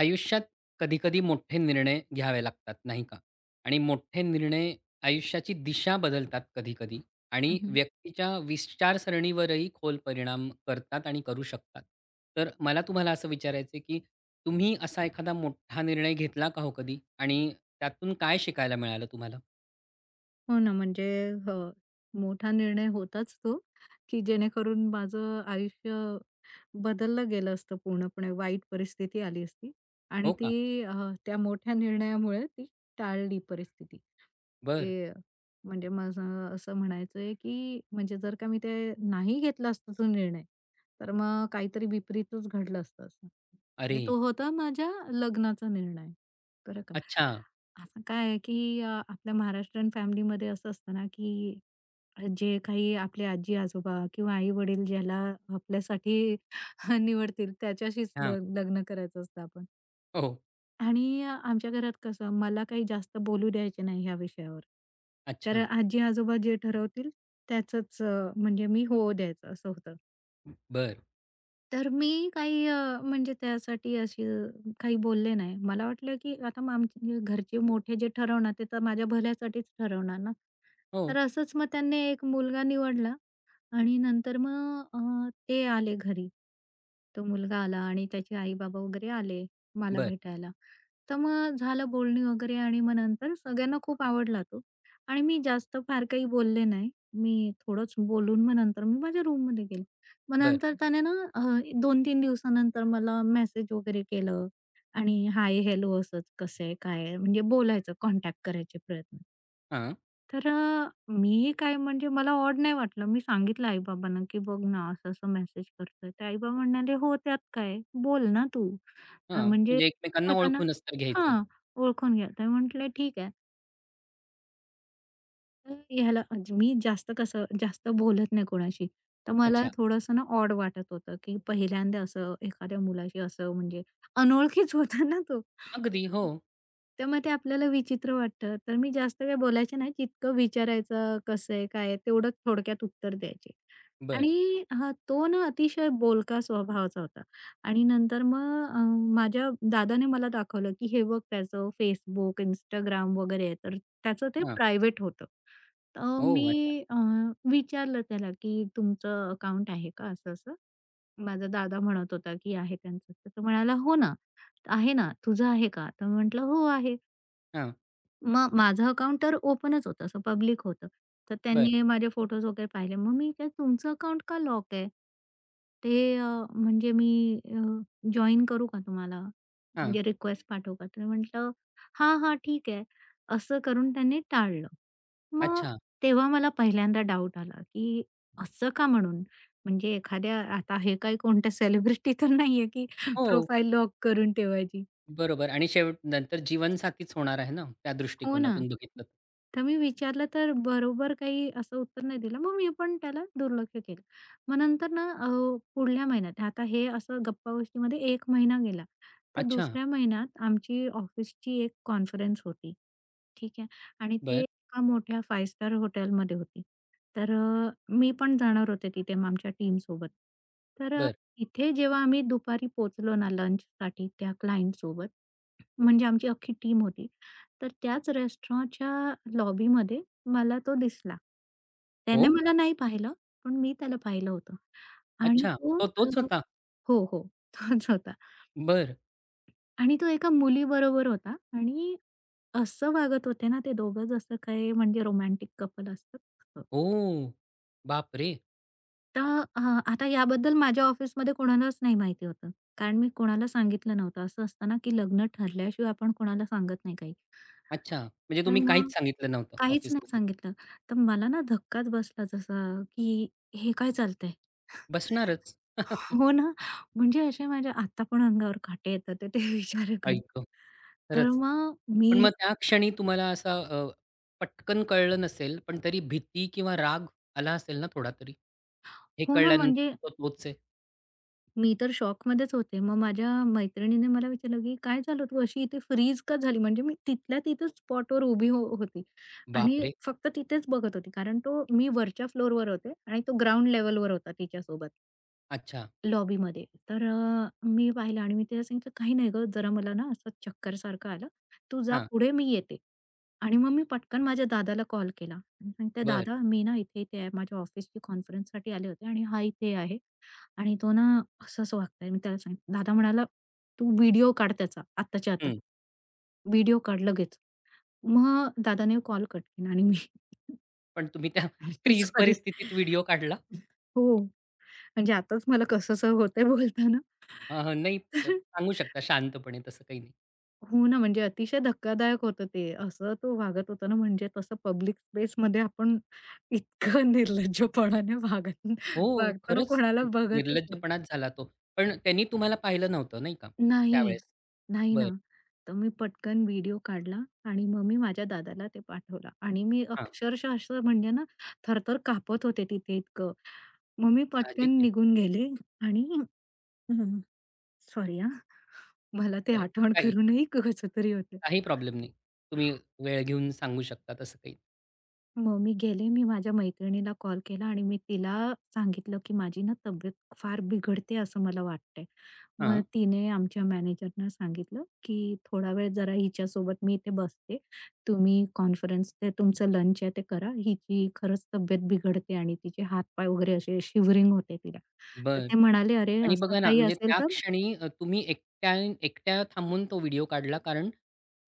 आयुष्यात कधी-कधी मोठे निर्णय घ्यावे लागतात, नाही का? आणि मोठे निर्णय आयुष्याची दिशा बदलतात कधी-कधी हं, आणि हं. व्यक्तीच्या विचारसरणीवरही खोल परिणाम करतात आणि करू शकतात. तर मला तुम्हाला असं विचारायचं आहे, की तुम्ही असा एखादा मोठा निर्णय घेतला का हो कधी? आणि त्यातून काय शिकायला मिळालं तुम्हाला? हो ना, म्हणजे हो, मोठा निर्णय होताच तो, की जेणेकरून माझं आयुष्य बदललं गेलं असतं पूर्णपणे. वाईट परिस्थिती आली असती हो आणि ती का? त्या मोठ्या निर्णयामुळे ती टाळली परिस्थिती. बरं. ते म्हणजे माझं असं म्हणायचं आहे, की म्हणजे जर का मी ते नाही घेतलं असतं तो निर्णय, तर मग काहीतरी विपरीतच घडलं असतं. म्हणजे अरे! तो होता माझ्या लग्नाचा निर्णय, बरं का. अच्छा. असं काय आहे, की आपल्या महाराष्ट्रीयन फॅमिलीमध्ये असं असतं ना, की जे काही आपले आजी-आजोबा किंवा आई-वडील ज्याला आपल्यासाठी निवडतील त्याच्याशीच हां. लग्न करायचं असतं आपण. हो. आणि आमच्या घरात कसं मला काही जास्त बोलू द्यायचे नाही ह्या विषयावर. तर अच्छा. आजी-आजोबा जे ठरवतील त्याचंच म्हणजे मी हो द्यायचं असं होतं. बरं. तर मी काही म्हणजे त्यासाठी अशी काही बोलले नाही. मला वाटलं की आता मग आमचे घरचे मोठे जे ठरवणार ते तर माझ्या भल्यासाठीच ठरवणार ना. तर हो. असंच मग त्यांनी एक मुलगा निवडला आणि नंतर मग ते आले घरी. तो मुलगा आला आणि त्याचे आई-बाबा वगैरे आले मला बरं, भेटायला. तर मग झालं बोलणी वगैरे आणि मग नंतर सगळ्यांना खूप आवडला तो आणि मी जास्त फार काही बोलले नाही. मी थोडंच बोलून मग नंतर मी माझ्या रूममध्ये गेले. मग बरं. नंतर त्याने ना 2-3 दिवसानंतर मला मेसेज वगैरे केलं आणि हाय, हेल्लो असंच कसं आहे, काय आहे म्हणजे बोलायचं, कॉन्टॅक्ट करायचे प्रयत्न. हां, तर मी काय म्हणजे मला ऑड नाही वाटलं. मी सांगितलं आई-बाबांना, की "बघ ना, असं-असं मेसेज करतोय." तर आई-बाबा म्हणाले, "हो, त्यात काय? बोल ना तू." हां. म्हणजे म्हणजे एकमेकांना एकमेकांना ओळखूनच तर घ्यायचंय. हां, ओळखून घ्या. तर म्हटलं, "ठीक आहे." तर ह्याला आज मी जास्त कसं जास्त बोलत नाही कोणाशी. तर मला अच्छा. थोडंसं ना ऑड वाटत होतं, की पहिल्यांदा असं एखाद्या मुलाशी असं म्हणजे अनोळखीच होता ना तो. अगदी, हो. तर मग ते आपल्याला विचित्र वाटतं. तर मी जास्त काही बोलायचे नाही. जितकं विचारायचं, कसं आहे, काय आहे, तेवढंच थोडक्यात उत्तर द्यायचे. बरं. आणि हां, तो ना अतिशय बोलका स्वभावाचा होता. आणि नंतर मग माझ्या दादाने मला दाखवलं, की हे बघ त्याचं Facebook, Instagram वगैरे आहे. तर त्याचं ते हां. प्रायव्हेट होतं. तर ओह! अच्छा. मी विचारलं त्याला, की "तुमचं अकाउंट आहे का?" असं-असं. माझा दादा म्हणत होता, की आहे त्यांचं. तर तो म्हणाला, "हो ना, आहे ना. तुझं आहे का?" तर म्हटलं, "हो आहे." हां. मग माझं अकाउंट तर ओपनच होतं, असं पब्लिक होतं. तर बरं. त्यांनी माझे फोटोज वगैरे पाहिले. मग मी काय तुमचं अकाउंट का लॉक आहे? ते म्हणजे मी जॉइन करू का तुम्हाला? हां. म्हणजे रिक्वेस्ट पाठवू का? तर म्हटलं, "हां, हां, ठीक आहे." असं करून त्यांनी टाळलं. मग अच्छा. तेव्हा मला पहिल्यांदा डाऊट आला, की असं का म्हणून? म्हणजे एखाद्या आता हे काही कोणत्या सेलिब्रिटी तर नाहीये, की हो, प्रोफाईल लॉक करून ठेवायची. बरोबर आणि शेवट नंतर जीवनसाथीच होणार आहे ना, त्या हो ना. दृष्टिकोनातून बघितलं तर. तर मी विचारलं तर बरोबर काही असं उत्तर नाही दिलं. मग मी पण त्याला दुर्लक्ष केलं. मग नंतर ना पुढल्या महिन्यात आता हे असं गप्पागोष्टीमध्ये एक महिना गेला. तर अच्छा. दुसऱ्या महिन्यात आमची ऑफिसची एक कॉन्फरन्स होती. ठीक आहे. आणि ते बरं, एका मोठ्या 5 स्टार हॉटेलमध्ये होती. तर मी पण जाणार होते तिथे मग आमच्या टीमसोबत. तर बरं. तिथे जेव्हा आम्ही दुपारी पोहोचलो ना लंचसाठी त्या क्लायंटसोबत, म्हणजे आमची अख्खी टीम होती. तर त्याच रेस्टॉरंटच्या लॉबीमध्ये मला तो दिसला. त्याने हो? मला नाही पाहिलं, पण मी त्याला पाहिलं होतं आणि अच्छा. तो तो अ, तोच होता? हो, हो. तोच होता बरं. आणि तो एका मुलीबरोबर होता आणि असं वागत होते ना ते दोघं जसं काही म्हणजे रोमॅन्टिक कपल असतात तसं. ओह! बापरे! तर आता याबद्दल माझ्या ऑफिसमध्ये कोणालाच नाही माहिती होतं. कारण मी कोणाला सांगितलं नव्हतं. असं असतं ना, की लग्न ठरल्याशिवाय आपण कोणाला सांगत नाही काही. अच्छा. म्हणजे तर तुम्ही मग काहीच सांगितलं नव्हतं काहीच नाही ऑफिसमध्ये. सांगितलं. तर मला ना धक्काच बसला जसा, की हे काय चालतंय? बसणारच. हो ना, म्हणजे असे माझ्या आता पण अंगावर काटे येतात आहे ते विचार आई करून. गं! तर खरंच. मग पण मग मी त्या क्षणी तुम्हाला असा पटकन कळलं नसेल, पण तरी भीती किंवा राग आला असेल ना थोडा तरी? हे हो ना, कळल्यानंतर म्हणजे तो तोच आहे. मी तर शॉकमध्येच होते. मग माझ्या मैत्रिणीने मला विचारलं, की "काय झालं तू अशी इथे फ्रीज का झाली?" म्हणजे मी तिथल्या तिथेच स्पॉटवर उभी होती आणि बापरे! फक्त तिथेच बघत होती. कारण मी वरच्या फ्लोरवर होते आणि तो ग्राउंड लेव्हलवर होता तिच्यासोबत. अच्छा. लॉबीमध्ये. तर मी पाहिलं आणि मी तिला सांगितलं, "काही नाही गं, जरा मला ना असं चक्करसारखं आलं. तू जा हां, पुढे, मी येते." आणि मग मी पटकन माझ्या दादाला कॉल केला आणि सांगितलं, बरं. "दादा, मी ना इथे-इथे आहे. माझ्या ऑफिसची कॉन्फरन्ससाठी आले होते आणि हा इथे आहे आणि तो ना असं-असं वागतोय." मी त्याला सांगितलं. दादा म्हणाला, "तू व्हिडिओ काढ त्याचा आत्ताच्या आता. हं. व्हिडिओ काढ लगेच." मग दादाने कॉल कट केला आणि मी पण तुम्ही त्या फ्रीज सॉरी. परिस्थितीत व्हिडिओ काढला? हो, म्हणजे आताच मला कसंसं होतंय बोलताना. हां, हां. नाही सांगू शकता शांतपणे तसं काही नाही. हो ना, म्हणजे अतिशय धक्कादायक होतं ते. असं तो वागत होता ना, म्हणजे तसं पब्लिक स्पेसमध्ये आपण इतकं निर्लज्जपणाने वागत हो, वागताना खरंच कोणाला न बघतच नाही. निर्लज्जपणाच झाला तो. पण त्यांनी तुम्हाला पाहिलं नव्हतं नाही का नाही, त्यावेळेस? नाही ना. बरं. तर मी पटकन व्हिडिओ काढला आणि मग मी माझ्या दादाला ते पाठवला आणि मी हां, अक्षरशः असं म्हणजे ना, थरथर कापत होते तिथे इतकं. मग मी साहजिक पटकन आहे. निघून गेले आणि सॉरी हां, मला ते नाही आठवण काही करूनही कसं तरी होतं. काही प्रॉब्लेम नाही. तुम्ही वेळ घेऊन सांगू शकता तसं काही. मग मी गेले. मी माझ्या मैत्रिणीला कॉल केला आणि मी तिला सांगितलं, की माझी ना तब्येत फार बिघडते असं मला वाटतंय. मग हां, तिने आमच्या मॅनेजरना सांगितलं, की "थोडा वेळ जरा हिच्यासोबत मी इथे बसते. तुम्ही कॉन्फरन्स ते तुमचं लंच आहे ते करा. हिची खरंच तब्येत बिघडते आणि तिचे हात वगैरे असे शिवरिंग होते तिला." तर बरं. ते म्हणाले, "अरे, आणि असं बघा ना, काही म्हणजे असेल त्या तर" क्षणी तुम्ही एकट्या एकट्या थांबून तो व्हिडिओ काढला कारण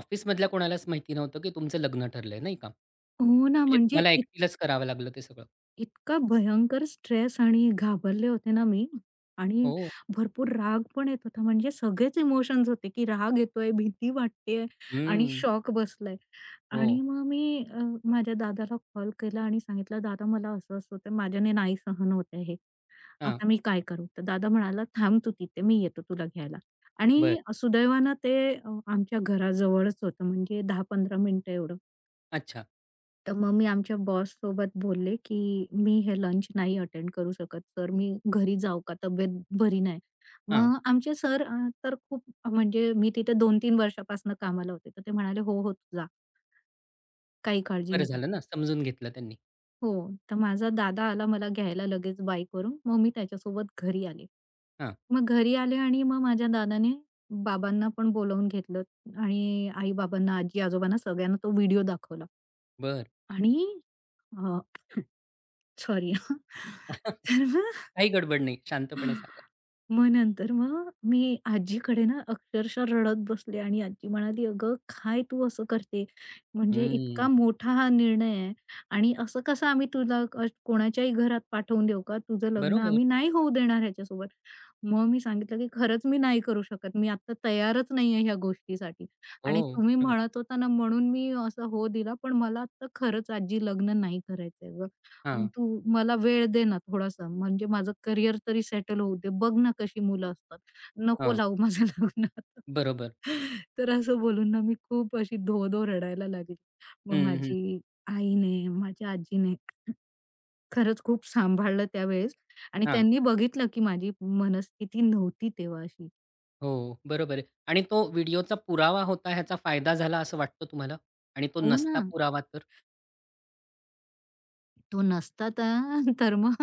ऑफिसमधल्या कोणालाच माहिती नव्हतं, की तुमचं लग्न ठरलंय, नाही का? म्हणजे हो ना, म्हणजे तुम्हाला एकटीलाच करावं लागलं ते सगळं. इतका भयंकर स्ट्रेस आणि घाबरले होते ना मी आणि हो. भरपूर राग पण येत होता. म्हणजे सगळेच इमोशन्स होते, की राग येतोय, भीती वाटतेय आणि हं. शॉक बसलाय. हो. आणि मग मी माझ्या दादाला कॉल केला आणि सांगितलं, "दादा मला असं-असं होतंय, माझ्याने नाही सहन होत आहे हे. हां. आता मी काय करू?" तर दादा म्हणाला, "थांब तू तिथे, मी येतो तुला घ्यायला." बरं. आणि सुदैवानं ते आमच्या घराजवळच होतं म्हणजे 10-15 मिनिटं एवढं. अच्छा. तर मग मी आमच्या बॉससोबत बोलले, की "मी हे लंच नाही अटेंड करू शकत सर, मी घरी जाऊ का? तब्येत बरी नाही." हां. मग आमचे सर तर खूप म्हणजे मी तिथे 2-3 वर्षापासून कामाला होते. तर ते म्हणाले, "हो, हो, तू जा. काही काळजी बरं नको झालं करू." ना, समजून घेतलं त्यांनी. हो, तर माझा दादा आला मला घ्यायला लगेच बाईकवरून. मग मी त्याच्यासोबत घरी आले. हां. मग घरी आले आणि मग माझ्या दादाने बाबांना पण बोलावून घेतलं आणि आई-बाबांना, आजी-आजोबांना सगळ्यांना तो व्हिडिओ दाखवला बरं. आणि सॉरी तर मग काही गडबड नाही. शांतपणे सांगा. मग नंतर मग मी आजीकडे ना अक्षरशः रडत बसले आणि आजी म्हणाली, "अगं, काय तू असं करते? म्हणजे हं. इतका मोठा हा निर्णय आहे आणि असं कसं आम्ही तुला कोणाच्याही घरात पाठवून देऊ का? तुझं लग्न बरोबर. आम्ही नाही होऊ देणार ह्याच्यासोबत." मग मी सांगितलं, की "खरंच मी नाही करू शकत. मी आता तयारच नाहीये ह्या गोष्टीसाठी आणि हो. तुम्ही बरोबर. म्हणत होता ना म्हणून मी असं हो दिला, पण मला आता खरंच आजी लग्न नाही करायचंय. हां. तू मला वेळ दे ना थोडासा, म्हणजे माझं करियर तरी सेटल होऊ दे. बघ ना कशी मुलं असतात. नको हां. लावू माझं लग्न आता." बरोबर. तर असं बोलून ना मी खूप अशी धो-धो रडायला लागली. मग हं, हं. माझी आईने, माझ्या आजीने खरंच खूप सांभाळलं त्यावेळेस आणि हां. त्यांनी बघितलं की माझी मनस्थिती नव्हती तेव्हा अशी. हो, बरोबर आहे. आणि तो व्हिडिओचा पुरावा होता ह्याचा फायदा झाला असं वाटतं तुम्हाला? आणि तो हो ना. नसता पुरावा तर? तो नसता तर तर मग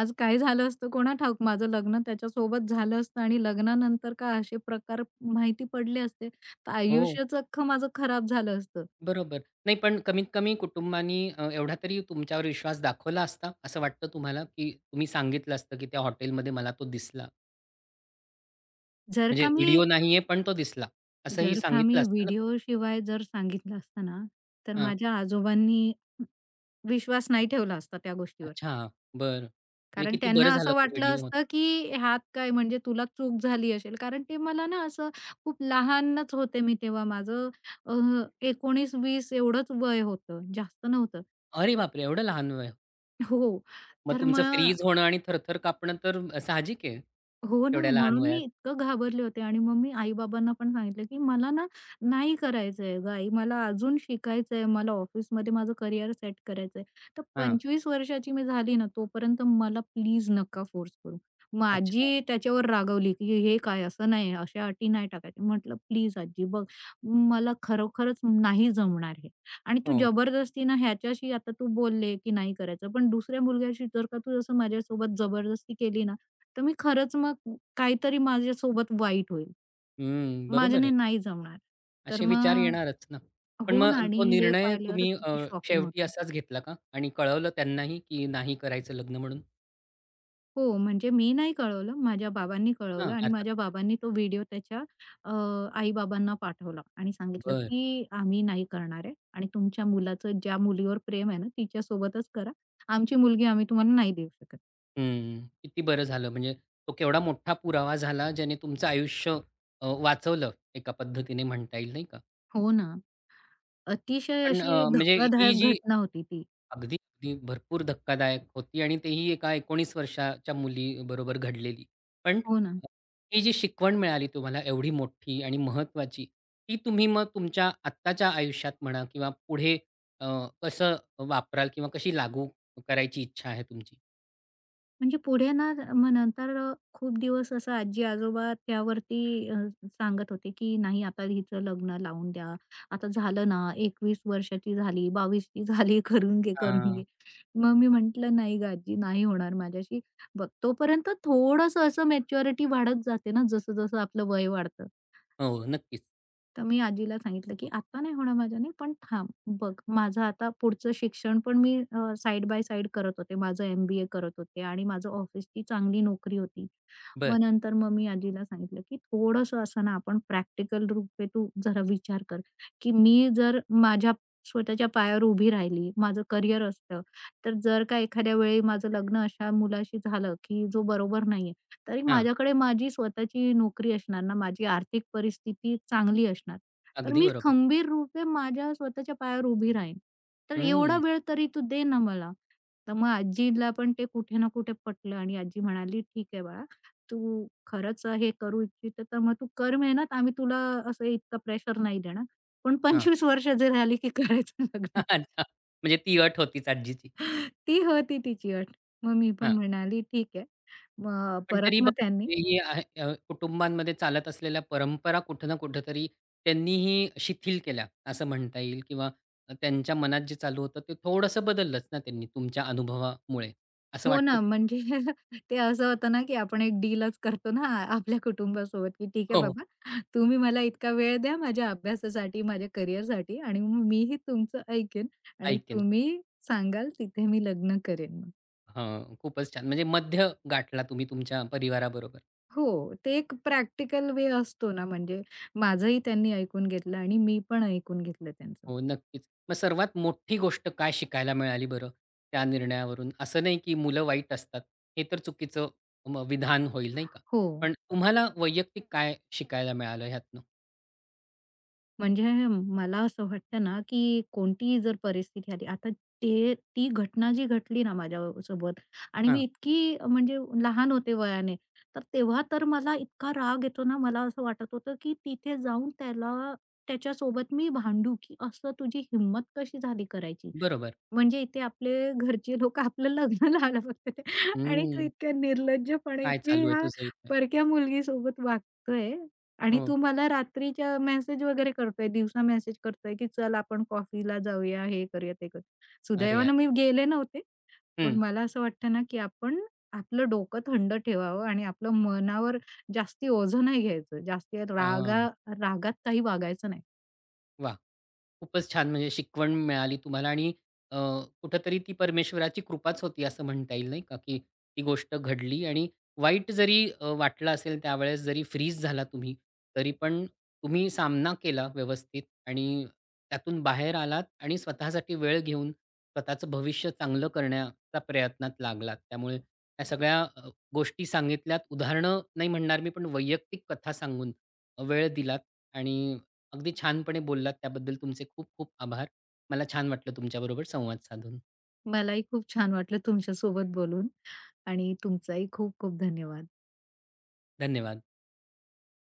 आज काय झालं असतं कोणा ठाऊक? माझं लग्न त्याच्यासोबत झालं असतं आणि लग्नानंतर का असे प्रकार माहिती पडले असते, तर हो, आयुष्यच अख्खं माझं खराब झालं असतं. बरोबर. नाही पण कमीत कमी कुटुंबानी एवढा तरी तुमच्यावर विश्वास दाखवला असता, असं वाटतं तुम्हाला, की तुम्ही सांगितलं असतं, की त्या हॉटेलमध्ये मला तो दिसला. जर म्हणजे का मी व्हिडिओ नाहीये पण तो दिसला. असंही जर का सांगितलं मी असतं ना तुम्ही? व्हिडिओशिवाय जर सांगितलं असतं ना, तर हां. माझ्या आजोबांनी विश्वास नाही ठेवला असता त्या गोष्टीवर. अच्छा, बरं. म्हणजे कारण किती बरं त्यांना झालं असं तो वाटलं व्हिडिओ होता. असतं, की ह्यात काय म्हणजे तुला चूक झाली असेल. कारण ते मला ना असं खूप लहानच होते मी तेव्हा. माझं अ, 19-20 एवढंच वय होतं, जास्त नव्हतं. अरे बापरे! एवढं लहान वय. हो. मग तर तुमचं मग फ्रीज होणं आणि थरथर कापणं तर साहजिक आहे, हो ना, तेवढ्या लहान म्हणून मी वयात. इतकं घाबरले होते आणि मग मी आई-बाबांना पण सांगितलं, की "मला ना नाही करायचंय गं आई, मला अजून शिकायचंय, मला ऑफिसमध्ये माझं करियर सेट करायचंय." तर हां, 25 वर्षाची मी झाली ना, तोपर्यंत मला प्लीज नका फोर्स करू. मग अच्छा. आजी त्याच्यावर रागवली, की "हे काय असं नाही, अशा अटी नाही टाकायच्या." म्हटलं, "प्लीज आजी बघ, मला खरोखरच नाही जमणार हे आणि तू हो. जबरदस्तीनं ह्याच्याशी आता तू बोलले, की नाही करायचं, पण दुसऱ्या मुलग्याशी जर का तू असं माझ्यासोबत जबरदस्ती केली ना, तर मी खरंच मग काहीतरी माझ्यासोबत वाईट होईल. हं, बरोबर आहे. माझ्याने नाही जमणार. तर असे विचार मग येणारच ना. पण हो मग ना आणि तो हे निर्णय पाहिल्यावर तुम्ही किती शॉकिंग शेवटी होतं. असाच घेतला का? आणि कळवलं त्यांनाही की नाही करायचं लग्न म्हणून? हो, म्हणजे मी नाही कळवलं. माझ्या बाबांनी हां, कळवलं आणि अर्थात. माझ्या बाबांनी तो व्हिडिओ त्याच्या आई-बाबांना पाठवला आणि सांगितलं, बरं. की "आम्ही नाही करणार आहे आणि तुमच्या मुलाचं ज्या मुलीवर प्रेम आहे ना, तिच्यासोबतच करा. आमची मुलगी आम्ही तुम्हाला नाही देऊ शकत." हं. किती बरं झालं म्हणजे तो केवढा मोठा पुरावा झाला ज्याने तुमचं आयुष्य वाचवलं एका पद्धतीने म्हणता येईल नाही का? हो ना. अतिशय पण अशी म्हणजे ही धक्कादायक जी घटना होती ती. अगदी, अगदी भरपूर धक्कादायक होती आणि तेही एका 19 वर्षाच्या मुलीबरोबर घडलेली. पण हो ना. ही जी शिकवण मिळाली तुम्हाला एवढी मोठी आणि महत्वाची ती तुम्ही मग तुमच्या आत्ताच्या आयुष्यात म्हणा किंवा पुढे अ, कसं वापराल किंवा कशी लागू करायची इच्छा आहे तुमची? म्हणजे पुढे ना मग नंतर खूप दिवस असं आजी-आजोबा त्यावरती सांगत होते, की "नाही आता हिचं लग्न लावून द्या. आता झालं ना 21 वर्षाची झाली, 22 ची झाली, करून घे, करून हां. घे." मग मी म्हटलं, "नाही गं आजी, नाही होणार माझ्याशी." बघ तोपर्यंत थोडंसं असं मॅच्युरिटी वाढत जाते ना जसं-जसं आपलं वय वाढतं. हो, नक्कीच. तर मी आजीला सांगितलं, की "आता नाही होणार माझ्याने, पण थांब बघ माझं आता पुढचं शिक्षण पण मी साइड बाय साइड करत होते. माझं MBA करत होते आणि माझं ऑफिसची चांगली नोकरी होती." बरं. मग नंतर मग मी आजीला सांगितलं, की "थोडंसं असं ना आपण प्रॅक्टिकल रूपे तू जरा विचार कर, की मी जर माझ्या स्वतःच्या पायावर उभी राहिली, माझं करिअर असतं, तर जर का एखाद्या वेळी माझं लग्न अशा मुलाशी झालं, की जो बरोबर नाही तरी हां. माझ्याकडे माझी स्वतःची नोकरी असणार ना, माझी आर्थिक परिस्थिती चांगली असणार. तर अगदी मी बरोबर. खंबीर रूपे माझ्या स्वतःच्या पायावर उभी राहीन. तर एवढा हं. वेळ तरी तू दे ना मला. तर मग आजीला पण ते कुठे ना कुठे पटलं आणि आजी म्हणाली, "ठीक आहे बाळा, तू खरंच हे करू इच्छिते तर मग तू कर मेहनत. आम्ही तुला असं इतकं प्रेशर नाही देणार. पण हां. 25 वर्ष जे झाली की करायचं लग्न." अच्छा. म्हणजे ती अट होतीच आजीची. ती होती तिची अट. मग मी पण म्हणाली, "ठीक आहे." मग पण तरी परत बघ मग त्यांनी हे आहे कुटुंबांमध्ये चालत असलेल्या परंपरा कुठं ना कुठेतरी त्यांनीही शिथिल केल्या असं म्हणता येईल किंवा त्यांच्या मनात जे चालू होतं ते थोडंसं बदललंच ना त्यांनी तुमच्या अनुभवामुळे, असं हो वाटतं? ना, म्हणजे ते असं होतं ना, की आपण एक डीलच करतो ना आपल्या कुटुंबासोबत, की ठीक आहे हो, बाबा, तुम्ही मला इतका वेळ द्या माझ्या अभ्यासासाठी, माझ्या करिअरसाठी आणि मग मीही तुमचं ऐकेन आणि ऐकेन. तुम्ही सांगाल तिथे मी लग्न करेन मग. हां, खूपच छान. म्हणजे मध्य गाठला तुम्ही तुमच्या परिवाराबरोबर. हो, ते एक प्रॅक्टिकल वे असतो ना, म्हणजे माझंही त्यांनी ऐकून घेतलं आणि मी पण ऐकून घेतलं त्यांचं. हो, नक्कीच. मग सर्वात मोठी गोष्ट काय शिकायला मिळाली बरं त्या निर्णयावरून? असं नाही की मुलं वाईट असतात, हे तर चुकीचं विधान होईल नाही का? हो. पण तुम्हाला वैयक्तिक काय शिकायला मिळालं ह्यातनं? म्हणजे मला असं वाटतं ना, की कोणतीही जर परिस्थिती आली, आता ती घटना जी घडली ना माझ्यासोबत आणि मी हां, इतकी म्हणजे लहान होते वयाने, तर तेव्हा तर मला इतका राग येतो ना, मला असं वाटत होतं, की तिथे जाऊन त्याला त्याच्यासोबत मी भांडू, की असं तुझी हिंमत कशी झाली करायची? बरोबर. म्हणजे इथे आपले घरचे लोकं आपलं लग्न लावायला बघतात आहे आणि तू हम्म. इतक्या निर्लज्जपणे काय इथे चालू आहे ह्या तुझं इथे? परक्या मुलगीसोबत वागतोय. आणि हो. तू मला रात्रीच्या मेसेज वगैरे करतोय, दिवसा मेसेज करतोय, की चल आपण कॉफीला जाऊया, हे करूया, ते करूया. अरे यार! सुदैवानं मी गेले नव्हते. पण हं. मला असं वाटतं ना, की आपण आपलं डोकं थंड ठेवावं आणि आपलं मनावर जास्ती ओझं नाही घ्यायचं. जास्ती रागात काही वागायचं नाही. वाह! खूपच छान म्हणजे शिकवण मिळाली तुम्हाला आणि अ, कुठेतरी ती परमेश्वराची कृपाच होती असं म्हणता येईल नाही का, की ती गोष्ट घडली आणि वाईट जरी वाटलं असेल त्यावेळेस जरी फ्रीज झाला तुम्ही, तरी पण तुम्ही सामना केला व्यवस्थित आणि त्यातून बाहेर आलात आणि स्वतःसाठी वेळ घेऊन स्वतःचं भविष्य चांगलं करण्याचा प्रयत्नात लागलात. त्यामुळे या सगळ्या गोष्टी सांगितल्यात, उदाहरणं नाही म्हणणार मी पण वैयक्तिक कथा सांगून वेळ दिलात आणि अगदी छानपणे बोललात त्याबद्दल तुमचे खूप खूप आभार. मला छान वाटलं तुमच्याबरोबर संवाद साधून. मलाही खूप छान वाटलं तुमच्यासोबत बोलून आणि तुमचाही खूप खूप धन्यवाद. धन्यवाद.